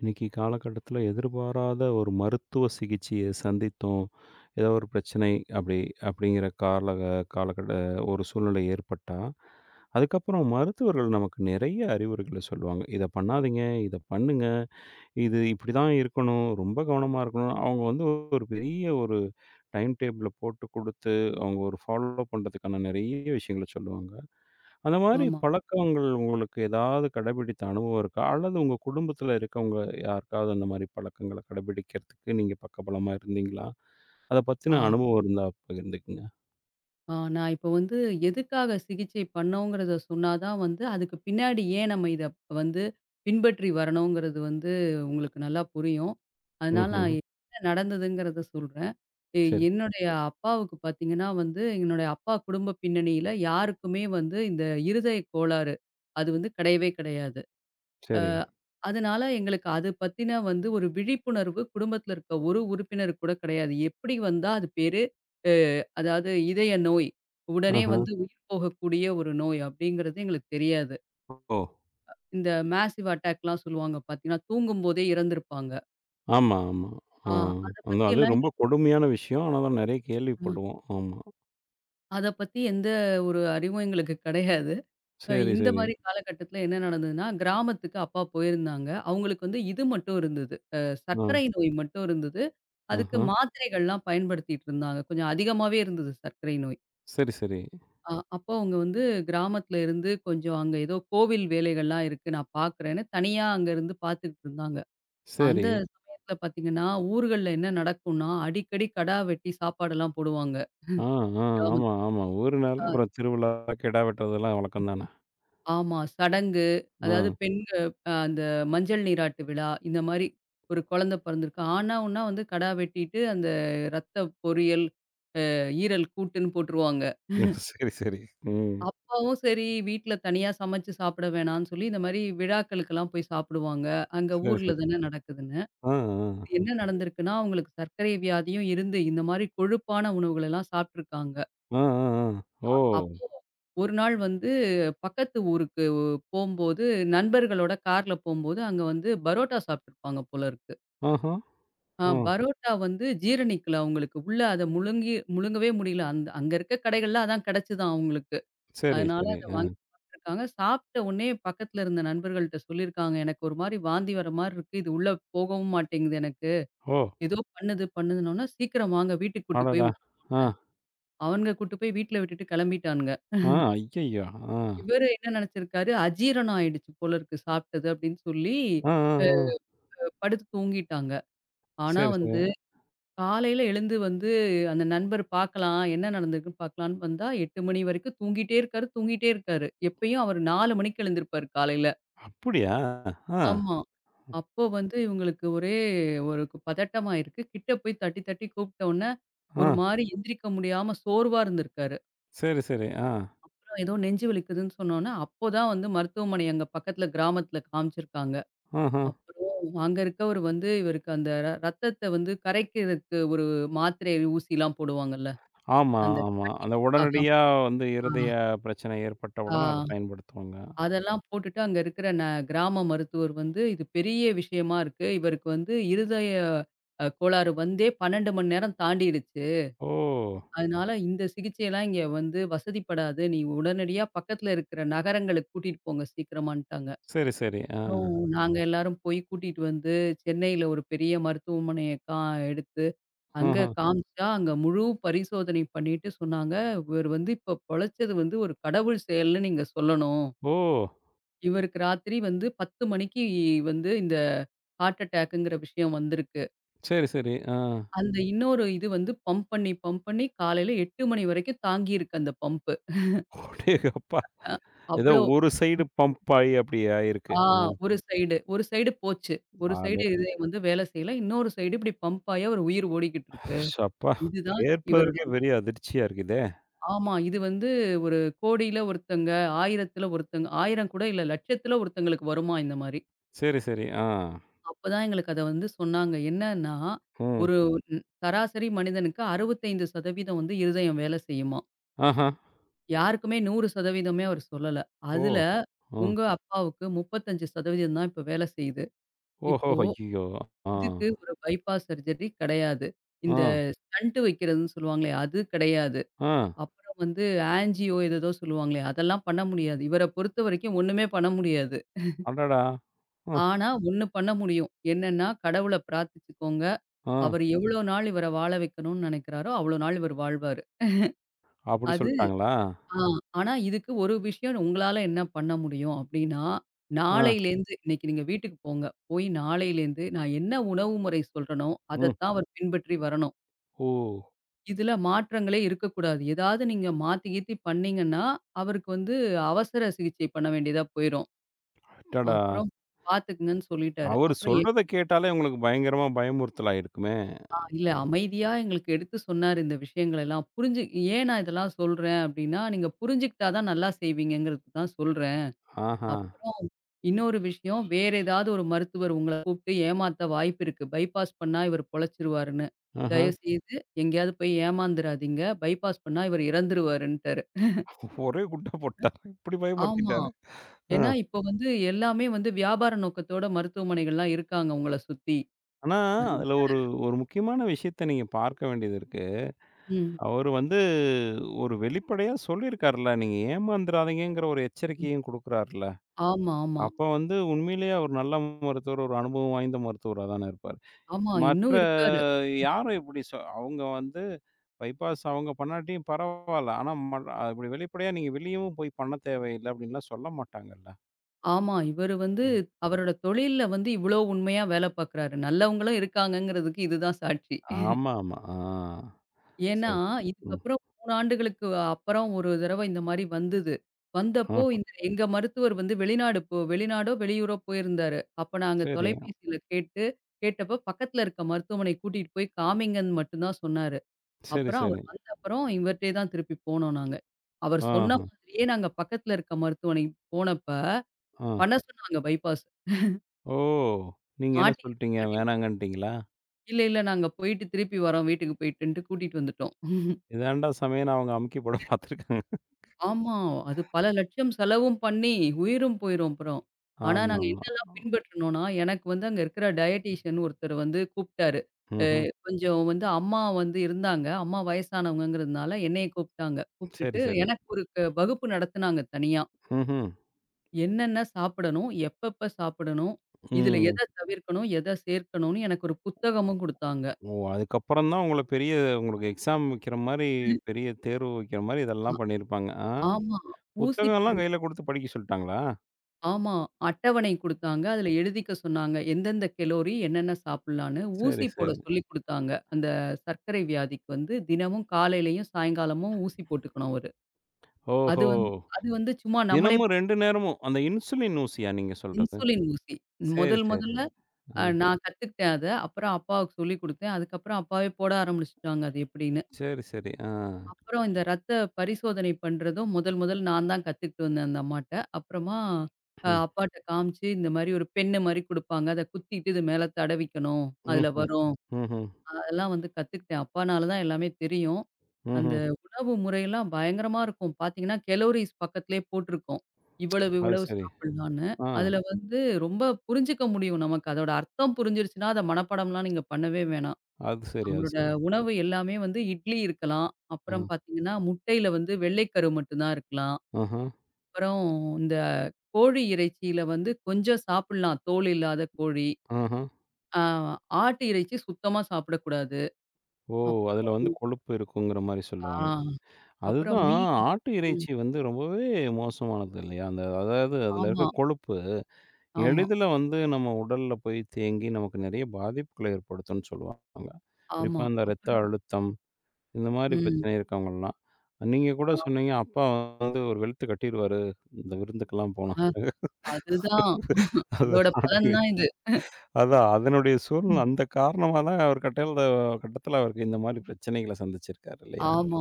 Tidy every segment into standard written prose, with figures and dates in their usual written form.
இன்னைக்கு காலகட்டத்துல எதிர்பாராத ஒரு மருத்துவ சிகிச்சைய சந்தித்தோம். ஏதோ ஒரு பிரச்சனை அப்படி அப்படிங்கிற கால காலகட்ட ஒரு சூழ்நிலை ஏற்பட்டா, அதுக்கப்புறம் மருத்துவர்கள் நமக்கு நிறைய அறிவுரைகள சொல்லுவாங்க. "இத பண்ணாதீங்க, இத பண்ணுங்க, இது இப்படிதான் இருக்கணும், ரொம்ப கவனமா இருக்கணும்." அவங்க வந்து ஒரு டைம் டேபிள போட்டு குடுத்து, அவங்க ஒரு ஃபாலோ பண்றதுக்கான நிறைய விஷயங்கள சொல்லுவாங்க. அந்த மாரி ஆமா. பழக்கங்கள் உங்களுக்கு ஏதாவது கடைபிடித்த அனுபவம் இருக்கா? அல்லது உங்க குடும்பத்துல இருக்கவங்க யாருக்காவது அந்த மாரி பழக்கங்கள கடைபிடிக்கிறதுக்கு நீங்க பக்கபலமா இருந்தீங்களா? அத ஆ, பத்தின அனுபவம் இருந்தா பகிர்ந்துக்குங்க. ஆ நான் இப்போ வந்து எதுக்காக சிகிச்சை பண்ணோங்கிறத சொன்னா தான் வந்து, அதுக்கு பின்னாடி ஏன் நம்ம இத வந்து பின்பற்றி வரணுங்கிறது வந்து உங்களுக்கு நல்லா புரியும். அதனால ம்ஹ்ம். நான் என்ன நடந்ததுங்கிறத சொல்றேன். எ சரி, என்னுடைய அப்பாவுக்கு பார்த்தீங்கன்னா வந்து, என்னுடைய அப்பா குடும்ப பின்னணியில யாருக்குமே வந்து இந்த இருதய கோளாறு, அது வந்து கிடையவே கிடையாது. அ சரி. அதனால எங்களுக்கு அது பத்தின வந்து ஒரு விழிப்புணர்வு குடும்பத்தில இருக்க ஒரு உறுப்பினருக்கு கூட கிடையாது. எப்படி வந்தா அது பேரு, அ அதாவது இதய நோய். உடனே ஆஹா. வந்து உயிர் போகக்கூடிய ஒரு நோய் அப்படிங்கிறது எங்களுக்கு தெரியாது. ஓ! இந்த மேசிவ் அட்டாக்லாம் சொல்லுவாங்க பார்த்தீங்கன்னா, தூங்கும்போதே இறந்திருப்பாங்க. ஆமா, ஆமா. ஆ. ஆ அத அது பத்தியெல்லாம் ரொம்ப கொடுமையான விஷயம். ஆனா தான் நெறைய அ கேள்விப்படுவோம். ஆமா. அத பத்தி எந்த ஒரு அறிவும் எங்களுக்கு கிடையாது. சரி, இந்த சரி. மாரி காலகட்டத்தில என்ன நடந்ததுன்னா, கிராமத்துக்கு அப்பா போயிருந்தாங்க. அவங்களுக்கு வந்து இது மட்டும் இருந்தது. ஆ. சர்க்கரை நோய் மட்டும் இருந்தது. அதுக்கு ஆஹா. மாத்திரைகள்லாம் பயன்படுத்திட்டு இருந்தாங்க. கொஞ்சம் அதிகமாவே இருந்தது சர்க்கரை நோய். சரி, சரி. அப்போ அவங்க வந்து கிராமத்தில இருந்து கொஞ்சம் அங்க ஏதோ கோவில் வேலைகள்லாம் இருக்கு. நான் பார்க்குறேன்னு தனியா அங்க இருந்து பார்த்துக்கிட்டு இருந்தாங்க. அந்த சரி. சமயத்தில பார்த்தீங்கன்னா, ஊர்கள்ல என்ன நடக்கும்னா, அடிக்கடி கடா வெட்டி சாப்பாடெல்லாம் போடுவாங்க. ஆ, ஆ. ஆமா, கிராமத்துல. ஆமா. ஊருனாலே அப்புறம் திருவிழா, கிடா வெட்டுறதெல்லாம் வழக்கம் தானே! ஆமா. சடங்கு, ஆ. அதாவது பெண்க அ அந்த மஞ்சள் நீராட்டு விழா, இந்த மாரி ஒரு குழந்தை பிறந்திருக்கு. ஆணா ஊன்னா வந்து கடா வெட்டிட்டு, அந்த ரத்த பொரியல், ஈரல் கூட்டுன்னு போட்டுருவாங்க. சரி, சரி. ம். அப்பாவும் சரி, வீட்ல தனியா சமைச்சு சாப்பிட வேணான்னு சொல்லி, இந்த மாரி விழாக்களுக்கெல்லாம் போய் சாப்பிடுவாங்க. அங்க சரி, சரி. ஊர்ல தானே நடக்குதுன்னு. ஆ, ஆ. என்ன நடந்திருக்குன்னா, அவங்களுக்கு சர்க்கரை வியாதியும் இருந்து, இந்த மாரி கொழுப்பான உணவுகளெல்லாம் சாப்ட்டுருக்காங்க. ஆ, ஆ, ஆ. ஓ! அப்போ ஒரு நாள் வந்து பக்கத்து ஊருக்கு போம்போது, நண்பர்களோட கார்ல போம்போது, அங்க வந்து பரோட்டா சாப்ட்டுருப்பாங்க போல இருக்கு. ஆஹா. ஆ. பரோட்டா வந்து ஜீரணிக்கல அவங்களுக்கு. உள்ள அத முழுங்கி முழுங்கவே முடியல. அந்த அங்க இருக்க கடைகள்ல அதான் கெடைச்சுதாம் அவங்களுக்கு. சரி, அதனால சரி. அத ஆ. வாங்கி சாப்ட்டுருக்காங்க. சாப்ட்ட உடனே பக்கத்துல இருந்த நண்பர்கள்ட்ட சொல்லியிருக்காங்க. எனக்கு ஒரு மாரி வாந்தி வர மாரி இருக்கு. இது உள்ள போகவும் மாட்டேங்குது எனக்கு. ஓ! ஏதோ பண்ணுது பண்ணுதுன்னோன, சீக்கிரம் வாங்க வீட்டுக்கு கூட்டு போய் அடடா! ஆ. அவனுங்க கூட்டு போய் வீட்ல விட்டுட்டு கெளம்பிட்டானுங்க. ஆ. ஐயய்யோ! ஆ. இவரு என்ன நெனச்சிருக்காரு, அஜீரணம் ஆயிடுச்சு போல இருக்கு சாப்ட்டது அப்படின்னு சொல்லி, ஆ, ஆ, ஆ. படுத்து தூங்கிட்டாங்க. ஆனா சரி, சரி. வந்து காலையில எழுந்து வந்து அந்த நண்பர் பார்க்கலாம், என்ன நடந்திருக்குன்னு பார்க்கலான்னு வந்தா 8 மணி வரைக்கும் தூங்கிட்டே இருக்காரு, தூங்கிட்டே இருக்காரு. எப்பயும் அவரு 4 மணிக்கு எழுந்திருப்பாரு காலையில. அப்படியா? ஆ. ஆமா. அப்போ வந்து இவங்களுக்கு ஒரே ஒரு பதட்டமாயிருக்கு. கிட்ட போய் தட்டி தட்டி கூப்பிட்ட உடனே, ஒரு ஆ. மாரி எந்திரிக்க முடியாம சோர்வா இருந்திருக்காரு. சரி, சரி. ஆ. அப்புறம் ஏதோ நெஞ்சு வலிக்குதுன்னு சொன்னோனே, அப்போதான் வந்து மருத்துவமனை அங்க பக்கத்துல கிராமத்துல காமிச்சிருக்காங்க. ஆஹா. அப்புறம் அங்க இருக்கவரு வந்து, இவருக்கு அந்த ரத்தத்த வந்து கரைக்கிறதுக்கு ஒரு மாத்திரை, ஊசிலாம் போடுவாங்கல்ல. ஆமா, அந்த ஆமா. அந்த கட்டிப்புக்காக. உடனடியா வந்து ஆ, இருதய பிரச்சனை ஏற்பட்ட ஆ உடனே அத பயன்படுத்துவாங்க. அதெல்லாம் போட்டுட்டு அங்க இருக்கிற கிராம மருத்துவர் வந்து, "இது பெரிய விஷயமா இருக்கு. இவருக்கு வந்து இருதய கோளாறு வந்தே 12 மணி நேரம் தாண்டிடுச்சு. ஓ! அதனால இந்த சிகிச்சையெல்லாம் இங்க வந்து வசதிப்படாது. நீ உடனடியா பக்கத்துல இருக்கிற நகரங்களுக்கு கூட்டிட்டு போங்க சீக்கிரமான்ட்டாங்க." சரி, சரி. ஆ. அப்புறம் நாங்க எல்லாரும் போய் கூட்டிட்டு வந்து, சென்னையில ஒரு பெரிய மருத்துவமனைய எடுத்து அங்க ஆஹா. காமிச்சா, அங்க முழு பரிசோதனை பண்ணிட்டு சொன்னாங்க, இவர் வந்து இப்ப பொழைச்சது வந்து ஒரு கடவுள் செயல்ன்னு நீங்க சொல்லணும். ஓ! இவருக்கு ராத்திரி வந்து 10 மணிக்கு வந்து இந்த ஹார்ட் அட்டாக்குங்கிற விஷயம் வந்திருக்கு. சரி, சரி. ஆ. அந்த இன்னொரு இது வந்து பம்ப் பண்ணி, பம்ப் பண்ணி காலையில 8 மணி வரைக்கும் தாங்கியிருக்கு அந்த பம்பு. அடேங்கப்பா! அ ஏதோ அவ்ளோ ஒரு சைடு பம்ப் ஆயி அப்படி ஆயிருக்கு. ஆ ம். ஒரு சைடு ஒரு சைடு போச்சு. ஒரு அடே சைடு இதயம் வந்து வேலை செய்யல. இன்னொரு சைடு இப்படி பம்ப் ஆகி அவர் உயிர் ஓடிக்கிட்டு இருக்கு. ஷப்பா! இதுதான் இவரோட. கேட்பதற்கே பெரிய அதிர்ச்சியா இருக்குதே! ஆமா. இது வந்து ஒரு கோடியில ஒருத்தங்க, 1000த்துல ஒருத்தங்க, 1000 கூட இல்ல லட்சத்துல ஒருத்தங்களுக்கு வருமாம் இந்த மாரி. சரி, சரி. ஆ. அப்பதான் எங்களுக்கு அத வந்து சொன்னாங்க. என்னன்னா, ம். ஒரு சராசரி மனிதனுக்கு 65% வந்து இருதயம் வேலை செய்யுமாம். ஆஹா. யாருக்குமே 100%மே அவர் சொல்லல. ஓ! அதுல ம். உங்க அப்பாவுக்கு 35% தான் இப்ப வேலை செய்யுது. ஓஹோ! இப்போ ஐயய்யோ! ஆ, இதுக்கு ஒரு பைபாஸ் சர்ஜரி கிடையாது. ஆ, இந்த ஸ்டண்ட் வைக்கிறதுன்னு சொல்லுவாங்களே அது கிடையாது. ஆ. அப்புறம் வந்து ஆஞ்சியோ ஏதேதோ சொல்லுவாங்களே! அதெல்லாம் பண்ண முடியாது. இவர பொறுத்தவரைக்கும் ஒண்ணுமே பண்ண முடியாது. அடடா! அ, ஆனா, ஒண்ணு பண்ண முடியும். என்னன்னா, கடவுள பிரார்த்திச்சுக்கோங்க. ஆ. அவர் எவ்வளோ நாள் இவர வாழ வைக்கணும்னு நெனைக்கிறாரோ, அவ்வளோ நாள் இவர் வாழ்வாரு. அப்படி அது சொல்ட்டாங்களா? ஆ ஆனா இதுக்கு ஒரு விஷயம் உங்களால என்ன பண்ண முடியும் அப்டின்னா, ஆ, நாளையிலேருந்து இன்னைக்கு நீங்க வீட்டுக்கு போங்க. போய் நாளையிலேருந்து நான் என்ன உணவு முறை சொல்றேனோ, ம். அதத்தான் அவர் பின்பற்றி வரணும். ஓ! இதுல மாற்றங்களே இருக்கக்கூடாது. ஏதாவது நீங்க மாத்தி கீத்தி பண்ணீங்கன்னா, அவருக்கு வந்து அவசர சிகிச்சை பண்ண வேண்டியதா போயிரும். அடடா! அப்புறம் பார்த்துக்குங்கன்னு சொல்லிட்டாரு. அவரு அப்புறம் எ சொல்றத கேட்டாலே உங்களுக்கு பயங்கரமா பயமுறுத்தலாயிருக்குமே! ஆ இல்ல அமைதியா எங்களுக்கு எடுத்து சொன்னாரு இந்த விஷயங்களெல்லாம். புரிஞ்சு ஏன் நான் இதெல்லாம் சொல்றேன் அப்டின்னா, நீங்க புரிஞ்சுக்கிட்டா தான் நல்லா செய்வீங்கங்கிறதுக்கு தான் சொல்றேன். ஆஹா! அப்புறம் இன்னொரு விஷயம், வேற ஏதாவது ஒரு மருத்துவர் உங்கள கூப்ட்டு ஏமாத்த வாய்ப்பு இருக்கு. பைபாஸ் பண்ணா இவர் பொழச்சுருவாருன்னு. ஆஹா. தயவுசெய்து எங்கேயாவது போய் ஏமாந்துராதீங்க. பைபாஸ் பண்ணா இவர் இறந்துருவாருன்ட்டாரு. ஒரே குட்ட போட்டாரு. இப்படி ஆமா. பயமுறுத்திட்டாரு. ஆ. ஏன்னா, இப்போ வந்து எல்லாமே வந்து வியாபார நோக்கத்தோட மருத்துவமனைகள்லாம் இருக்காங்க உங்கள சுத்தி. ஆனா, அதுல அதனால ஒரு ஒரு முக்கியமான விஷயத்த நீங்க பார்க்க வேண்டியது இருக்கு. ம். அவரு வந்து ஒரு வெளிப்படையா சொல்லியிருக்காருல்ல, நீங்க ஏமாந்துறாதீங்கங்கிற ஒரு ம். எச்சரிக்கையும் குடுக்குறாருல்ல. ஆமா, ஆமா. அப்ப வந்து உண்மையிலேயே அவர் நல்ல மருத்துவர், ஒரு அனுபவம் வாய்ந்த மருத்துவரா தானே இருப்பாரு. ஆமா, மற்ற இன்னும் இருக்காரு. யாரும் இப்படி அவங்க வந்து பைபாஸ் அவங்க பண்ணாட்டியும் பரவால்ல. ஆனா இப்படி வெளிப்படையா நீங்க வெளியவும் போய் பண்ண தேவையில்ல அப்படின்லாம் சொல்ல மாட்டாங்கல்ல. ஆமா, இவரு வந்து ம். அவரோட தொழில்ல வந்து இவ்ளோ உண்மையா வேல பார்க்குறாரு. நல்லவங்களும் இருக்காங்கங்கிறதுக்கு இதுதான் சாட்சி. ஆமாமா. ஆ. ஏன்னா, சரி. ம். இதுக்கப்புறம் 3 ஆண்டுகளுக்கு அப்புறம் ஒரு தடவ இந்த மாரி வந்தது. வந்தப்போ ம். இந்த எங்க மருத்துவர் வந்து வெளிநாடு வெளிநாடோ, வெளியூரோ போயிருந்தாரு. அப்ப நாங்க சரி. தொலைபேசியில கேட்டு கேட்டப்ப பக்கத்துல இருக்க மருத்துவமனை கூட்டிட்டு போய் காமிங்கன்னு மட்டும் தான் சொன்னாரு. சரி, அப்புறம் அவர் சரி. வந்த அப்புறம் இவர்ட்டயே தான் திருப்பி போனோம் நாங்க. அவர் சொன்ன ஆஹ. மாதிரியே நாங்க பக்கத்துல இருக்க மருத்துவமனை போனப்ப, ஆ. பண்ண சொன்னாங்க பைபாஸ். ஓ! நீங்க என்ன மாட்டியிருந்தா சொல்ட்டீங்க? மாட்டியிருப்போம். வேணாங்கன்ட்டீங்களா? இல்ல, இல்ல நாங்க போயிட்டு திருப்பி வரோம் வீட்டுக்கு போயிட்டுன்ட்டு கூட்டிட்டு வந்துட்டோம். இதாண்டா சமயம்னு அவங்க அமுக்கி போட பார்த்துருக்காங்க. ஆமா. அது பல லட்சம் செலவும் பண்ணி, உயிரும் போயிரும் அப்புறம். ஆனா நாங்க ஆமாமா. என்னலாம் பின்பற்றினோம்னா, எனக்கு வந்து அங்க இருக்கிற டயட்டீஷியன் ஒருத்தர் வந்து கூப்ட்டாரு. ம்ஹ்ம். கொஞ்சம் வந்து அம்மா வந்து இருந்தாங்க. அம்மா வயசானவங்கங்கிறதுனால என்னைய கூப்ட்டாங்க. சரி, கூப்ட்டுட்டு சரி. எனக்கு ஒரு வகுப்பு நடத்துனாங்க தனியா. ம்ஹ்ம். என்னென்ன சாப்பிடணும்? எப்பப்ப சாப்பிடணும்? இதுல ம். எத தவிர்க்கணும்? எத சேர்க்கணும்னு எனக்கு ஒரு புத்தகமும் குடுத்தாங்க. ஓ! அதுக்கப்புறம் தான் உங்கள உங்களுக்கு எக்ஸாம் வைக்கிற மாரி, பெரிய தேர்வு வைக்கிற மாரி அ இதெல்லாம் பண்ணியிருப்பாங்க. ஆ? ஆமா. ஊசி புத்தகம்லாம் போடுறது. கையில குடுத்து படிக்க சொல்ட்டாங்களா? ஆமா. அட்டவணை குடுத்தாங்க. அதுல எழுதிக்க சொன்னாங்க. எந்தெந்த கலோரி, என்னென்ன சாப்பிடலான்னு. சரி, ஊசி போட சரி. சொல்லிக் குடுத்தாங்க. அந்த சர்க்கரை வியாதிக்கு வந்து தினமும் காலையிலயும், சாயங்காலமும் ஊசி போட்டுக்கணும் அவரு. அது ஓஹோ! வந்து அது வந்து சும்மா நம்மளே தினமும் போ 2 நேரமும். அந்த இன்சுலின் ஊசியா நீங்க சொல்றது? இன்சுலின் ஊசி. சரி, முதல் சரி, முதல்ல சரி. ஆ. நான் கத்துக்கிட்டேன் அத. அப்புறம் அப்பாவுக்கு சொல்லிக் குடுத்தேன். அதுக்கப்புறம் அப்பாவே போட ஆரம்பிச்சுட்டாங்க அது எப்படின்னு. சரி, சரி. ஆ. அப்புறம் இந்த ரத்த பரிசோதனை பண்றதும் முதல் முதல் நான் தான் கத்துக்கிட்டு வந்தேன் அந்த அம்மாட்ட. அப்புறமா ம். அப்பாட்ட காமிச்சு, இந்த மாரி ஒரு பென்னு மாரி குடுப்பாங்க. அத குத்திட்டு இது மேல தடவிக்கணும். அதுல ம்ஹ்ம். வரும். ம்ஹ்ம். அதெல்லாம் வந்து கத்துக்கிட்டேன். அப்பானால தான் எல்லாமே தெரியும். அந்த ம்ஹ்ம். உணவு முறையெல்லாம் பயங்கரமா இருக்கும். பார்த்தீங்கன்னா, கலோரிஸ் பக்கத்திலேயே போட்டிருக்கும். இவ்வளவு அது இவ்வளவு சரி. சாப்பிடலான்னு. ஆ. அதுல வந்து ரொம்ப புரிஞ்சுக்க முடியும் நமக்கு. அதோட அர்த்தம் புரிஞ்சிருச்சுன்னா, அத மனப்பாடம்லாம் நீங்க பண்ணவே வேணாம். அது சரி, அது அவரோட சரி. உணவு எல்லாமே வந்து இட்லி இருக்கலாம். அ, அப்புறம் பார்த்தீங்கன்னா, முட்டையில வந்து வெள்ளைக்கரு மட்டும் தான் இருக்கலாம். ஆஹா, அப்புறம் இந்த கோழி இறைச்சியில வந்து கொஞ்சம் சாப்பிடலாம். தோல் இல்லாத கோழி. ஆஹா. ஆ ஆட்டு இறைச்சி சுத்தமா சாப்பிடக்கூடாது. ஓ! அதுல அப்புறம் வந்து கொழுப்பு இருக்குங்கிற மாரி ஆ சொல்லுவாங்க. அப்புறம் அதுதான் மீன். ஆட்டு ம். இறைச்சி வந்து ரொம்பவே மோசமானது இல்லையா? அந்த அதாவது அதுல இருக்க ஆமா, கொழுப்பு ஆமா, எளிதில வந்து நம்ம உடல்ல போய் தேங்கி நமக்கு நெறைய பாதிப்புகள ஏற்படுத்தும்னு சொல்லுவாங்க. குறிப்பா ஆமா. அந்த இரத்த அப்புறம். அழுத்தம் இந்த மாரி ம். பிரச்சனை இருக்கவங்கலாம். நீங்க கூட ஆ. சொன்னீங்க, அப்பா வந்து ஒரு வெளுத்து கட்டிருவாரு. இந்த விருந்துக்கெல்லாம் போனா. அ அதுதான். அது அதோட ஆட்டு பலன் தான் இறைச்சி. இது. அதான். அதனுடைய சூழ்நிலை அந்த காரணமா தான் ஒரு கட்டல்ல கட்டத்தில அவருக்கு இந்த மாரி பிரச்சனைகள சந்திச்சிருக்காரு இல்லையா? ஆமா.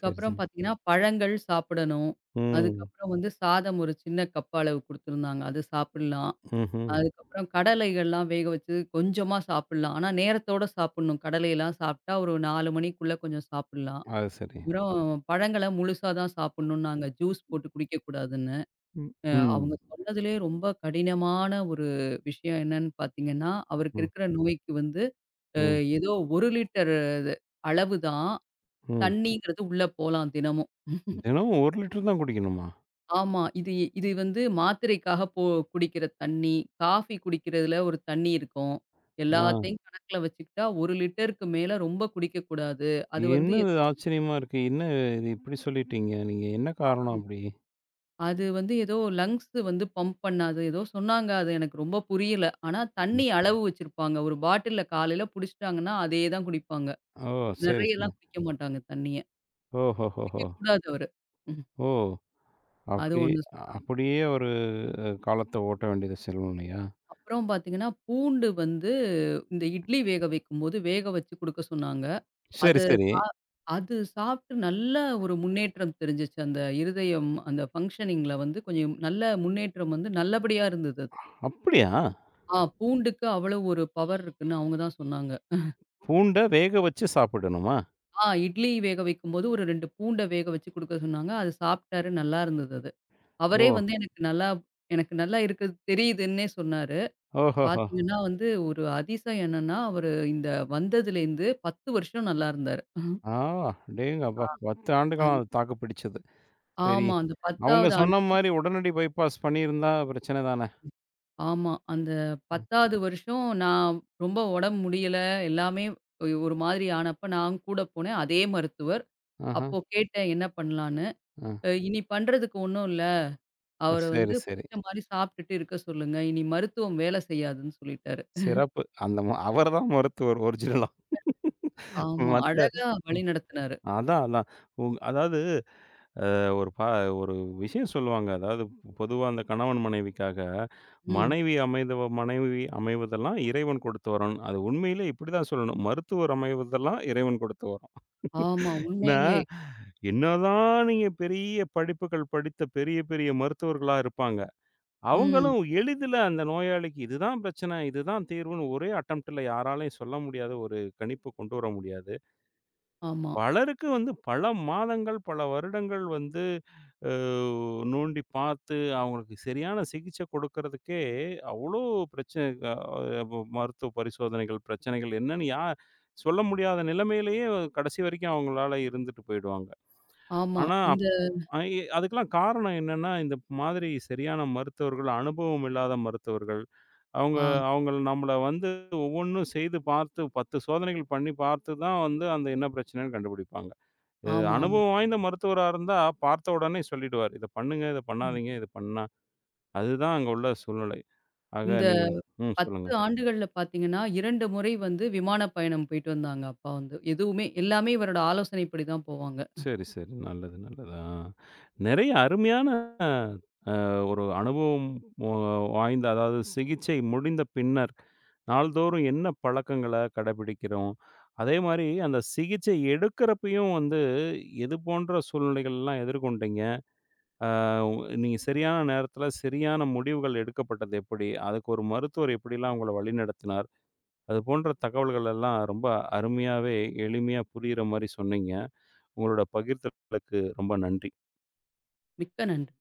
சரி, சரி. பார்த்தீங்கன்னா, பழங்கள் சாப்பிடணும். ம். அதுக்கப்புறம் வந்து சாதம் ஒரு சின்ன கப் அளவு குடுத்துருந்தாங்க. அது சாப்பிடலாம். ம்ஹ்ம். அதுக்கப்புறம் கடலைகள்லாம் வேக வச்சு கொஞ்சமா சாப்பிடலாம். ஆனா நேரத்தோட சாப்பிடணும். கடலையெல்லாம் சாப்பிட்டா ஒரு 4 மணிக்குள்ள கொஞ்சம் சாப்பிடலாம். அது சரி. அப்புறம் பழங்கள முழுசா தான் சாப்பிடணும்னாங்க. ஜூஸ் போட்டு குடிக்கக்கூடாதுன்னு. ம். ம். அவங்க சொன்னதிலேயே ரொம்ப கடினமான ஒரு விஷயம் என்னன்னு பார்த்தீங்கன்னா, அவருக்கு ம். இருக்கிற நோய்க்கு வந்து அ ம். ஏதோ 1 லிட்டர் அளவு தான். ம். தண்ணீங்கிறது உள்ள போலாம் தினமும். தினமும் 1 லிட்டர் தான் குடிக்கணுமா? ஆமா. இது இது வந்து மாத்திரைக்காக போ குடிக்கிற தண்ணி, காஃபி குடிக்கிறதுல ஒரு தண்ணி இருக்கும். ஆ. எல்லாத்தையும் கணக்குல வச்சுக்கிட்டா 1 லிட்டருக்கு மேல ரொம்ப குடிக்கக்கூடாது. அது என்ன வந்து இது ஏதோ. ஆச்சரியமா இருக்கு. என்ன இது இப்படி சொல்லிட்டீங்க? நீங்க என்ன காரணம் ஆமா. அப்படி? அது வந்து ஏதோ லங்ஸ் வந்து பம்ப் பண்ணாது ஏதோ சொன்னாங்க. அது எனக்கு ரொம்ப புரியல. ஆனா ம். தண்ணி அளவு வச்சிருப்பாங்க. ஒரு பாட்டில்ல காலையில புடிச்சுட்டாங்கன்னா, அதே தான் குடிப்பாங்க. ஓ! சரி, சரி. நெறையலாம் குடிக்க மாட்டாங்க தண்ணிய. ஓஹோஹோஹோ! குடிக்கக்கூடாது அவரு. ம். ஓ! அது அப்படி ஒண்ணு அப்படியே ஒரு அ காலத்த ஓட்ட வேண்டியது சூழ்நிலையா? அப்புறம் பார்த்தீங்கன்னா, பூண்டு வந்து இந்த இட்லி வேக வைக்கும்போது வேக வச்சு குடுக்க சொன்னாங்க. சரி, அது சரி. சா அது சாப்ட்டு நல்ல ஒரு முன்னேற்றம் தெரிஞ்சுச்சு. அந்த இருதயம் அந்த ஃபங்ஷனிங்ல வந்து கொஞ்சம் நல்ல முன்னேற்றம் வந்து நல்லபடியா இருந்தது அது. அப்படியா? பூண்டுக்கு அவ்வளவு ஒரு பவர் இருக்குன்னு அவங்க தான் சொன்னாங்க. பூண்ட வேக வச்சு சாப்பிடணுமா? இட்லி வேக வைக்கும்போது ஒரு 2 பூண்ட வேக வச்சு குடுக்க சொன்னாங்க. அது சாப்ட்டாரு நல்லா இருந்தது அது. ஓ! அவரே வந்து எனக்கு நல்லா எனக்கு நல்லா இருக்குது தெரியுதுன்னே சொன்னாரு. ஓஹோஹோ! பாத்தீங்கன்னா வந்து, ஒரு அதிசயம் என்னன்னா, அவரு இந்த வந்ததுலேருந்து 10 வருஷம் நல்லா இருந்தாரு. ஆ அடேங்கப்பா! 10 ஆண்டுகாலம் அது அது தாக்கு பிடிச்சது. சரி. ஆமா. அந்த அவங்க 10வது ஆண்டு. சொன்ன மாரி உடனடி பைபாஸ் பண்ணியிருந்தா பிரச்சனை தானே! ஆமா. அந்த ம். 10வது வருஷம் நான் ரொம்ப உடம்பு முடியல. எல்லாமே ஒரு மாதிரி ஆனப்ப நான் கூட போனேன். அதே மருத்துவர். ஆஹா. அப்போ கேட்டேன் என்ன பண்ணலான்னு. ஆ. இனி பண்றதுக்கு ஒண்ணும் இல்ல. அவர வந்து சரி, சரி. புடிச்ச மாரி சாப்ட்டுட்டு இருக்க சொல்லுங்க. இனி மருத்துவம் வேல செய்யாதுன்னு சொல்லிட்டாரு. சிறப்பு. அந்த ம அவர் தான் மருத்துவர் ஒரிஜினலா. ஆமா. மத்த அழகா ம். வழிநடத்துனாரு. அதான், அதான். அதாவது அ ஒரு பா ஒரு விஷயம் சொல்லுவாங்க. அதாவது பொதுவா அந்த கணவன் மனைவிக்காக, ம். மனைவி அமைவதெல்லாம் இறைவன் கொடுத்த வரம். அது உண்மையிலே இப்படி தான் சொல்லணும். மருத்துவர் அமைவதெல்லாம் இறைவன் கொடுத்த வரம். ஆமா. ஏன்னா, உண்மையிலே. என்னதான் நீங்க பெரிய படிப்புகள் படித்த பெரிய பெரிய மருத்துவர்களா இருப்பாங்க. ம். அவங்களும் எளிதில அந்த நோயாளிக்கு இதுதான் பிரச்சனை, இதுதான் தீர்வுன்னு ஒரே அட்டம்ப்ட்ல யாராலயும் சொல்ல முடியாத ஒரு கணிப்பு கொண்டு வர முடியாது. ஆமா, பலருக்கு வந்து பல மாதங்கள், பல வருடங்கள் வந்து அ நோண்டி பார்த்து அவங்களுக்கு சரியான சிகிச்சை கொடுக்கறதுக்கே அவ்ளோ பிரச்சனை அ ப மருத்துவ பரிசோதனைகள், பிரச்சனைகள் என்னன்னு சொல்ல முடியாத நிலைமையிலேயே கடைசி வரைக்கும் அவங்களால இருந்துட்டு போயிடுவாங்க. ஆமா. ஆனா, அப் அ இ அதுக்கெல்லாம் காரணம் என்னன்னா, இந்த மாதிரி சரியான மருத்துவர்கள், அனுபவம் இல்லாத மருத்துவர்கள். அவங்க ஆ, அவங்க நம்மள வந்து ஒவ்வொன்னும் செய்து பார்த்து 10 சோதனைகள் பண்ணி பார்த்து தான் வந்து அந்த என்ன பிரச்சனைன்னு கண்டுபிடிப்பாங்க. அ ஆமாமா. அனுபவம் வாய்ந்த மருத்துவரா இருந்தா பார்த்த உடனே சொல்லிடுவாரு. இத பண்ணுங்க, இத ம். பண்ணாதீங்க, இது பண்ணா அதுதான் அங்க உள்ள சூழ்நிலை. ஆக இந்த நீங்க ம் சொல்லுங்க. 10 ஆண்டுகள்ல பார்த்தீங்கன்னா, 2 முறை வந்து விமான பயணம் போயிட்டு வந்தாங்க அப்பா வந்து. எதுவுமே எல்லாமே இவரோட ஆலோசனைப்படி தான் போவாங்க. சரி, சரி. நல்லது, நல்லது. ஆ. நெறைய அருமையான ஒரு அனுபவம் வா வாய்ந்த அதாவது சிகிச்சை முடிந்த பின்னர், நாள்தோறும் என்ன பழக்கங்கள கடைபிடிக்கிறோம்? அதேமாரி அந்த சிகிச்சை எடுக்கிறப்பயும் வந்து எது போன்ற சூழ்நிலைகள்லாம் எதிர்கொண்டீங்க? அ நீங்க சரியான நேரத்தில சரியான முடிவுகள் எடுக்கப்பட்டது எப்படி? அதுக்கு ஒரு மருத்துவர் எப்படிலாம் உங்கள வழிநடத்தினார்? அது போன்ற தகவல்கள் எல்லாம் ரொம்ப அருமையாவே, எளிமையா புரியிற மாரி சொன்னீங்க. உங்களோட பகிர்தலுக்கு ரொம்ப நன்றி. மிக்க நன்றி.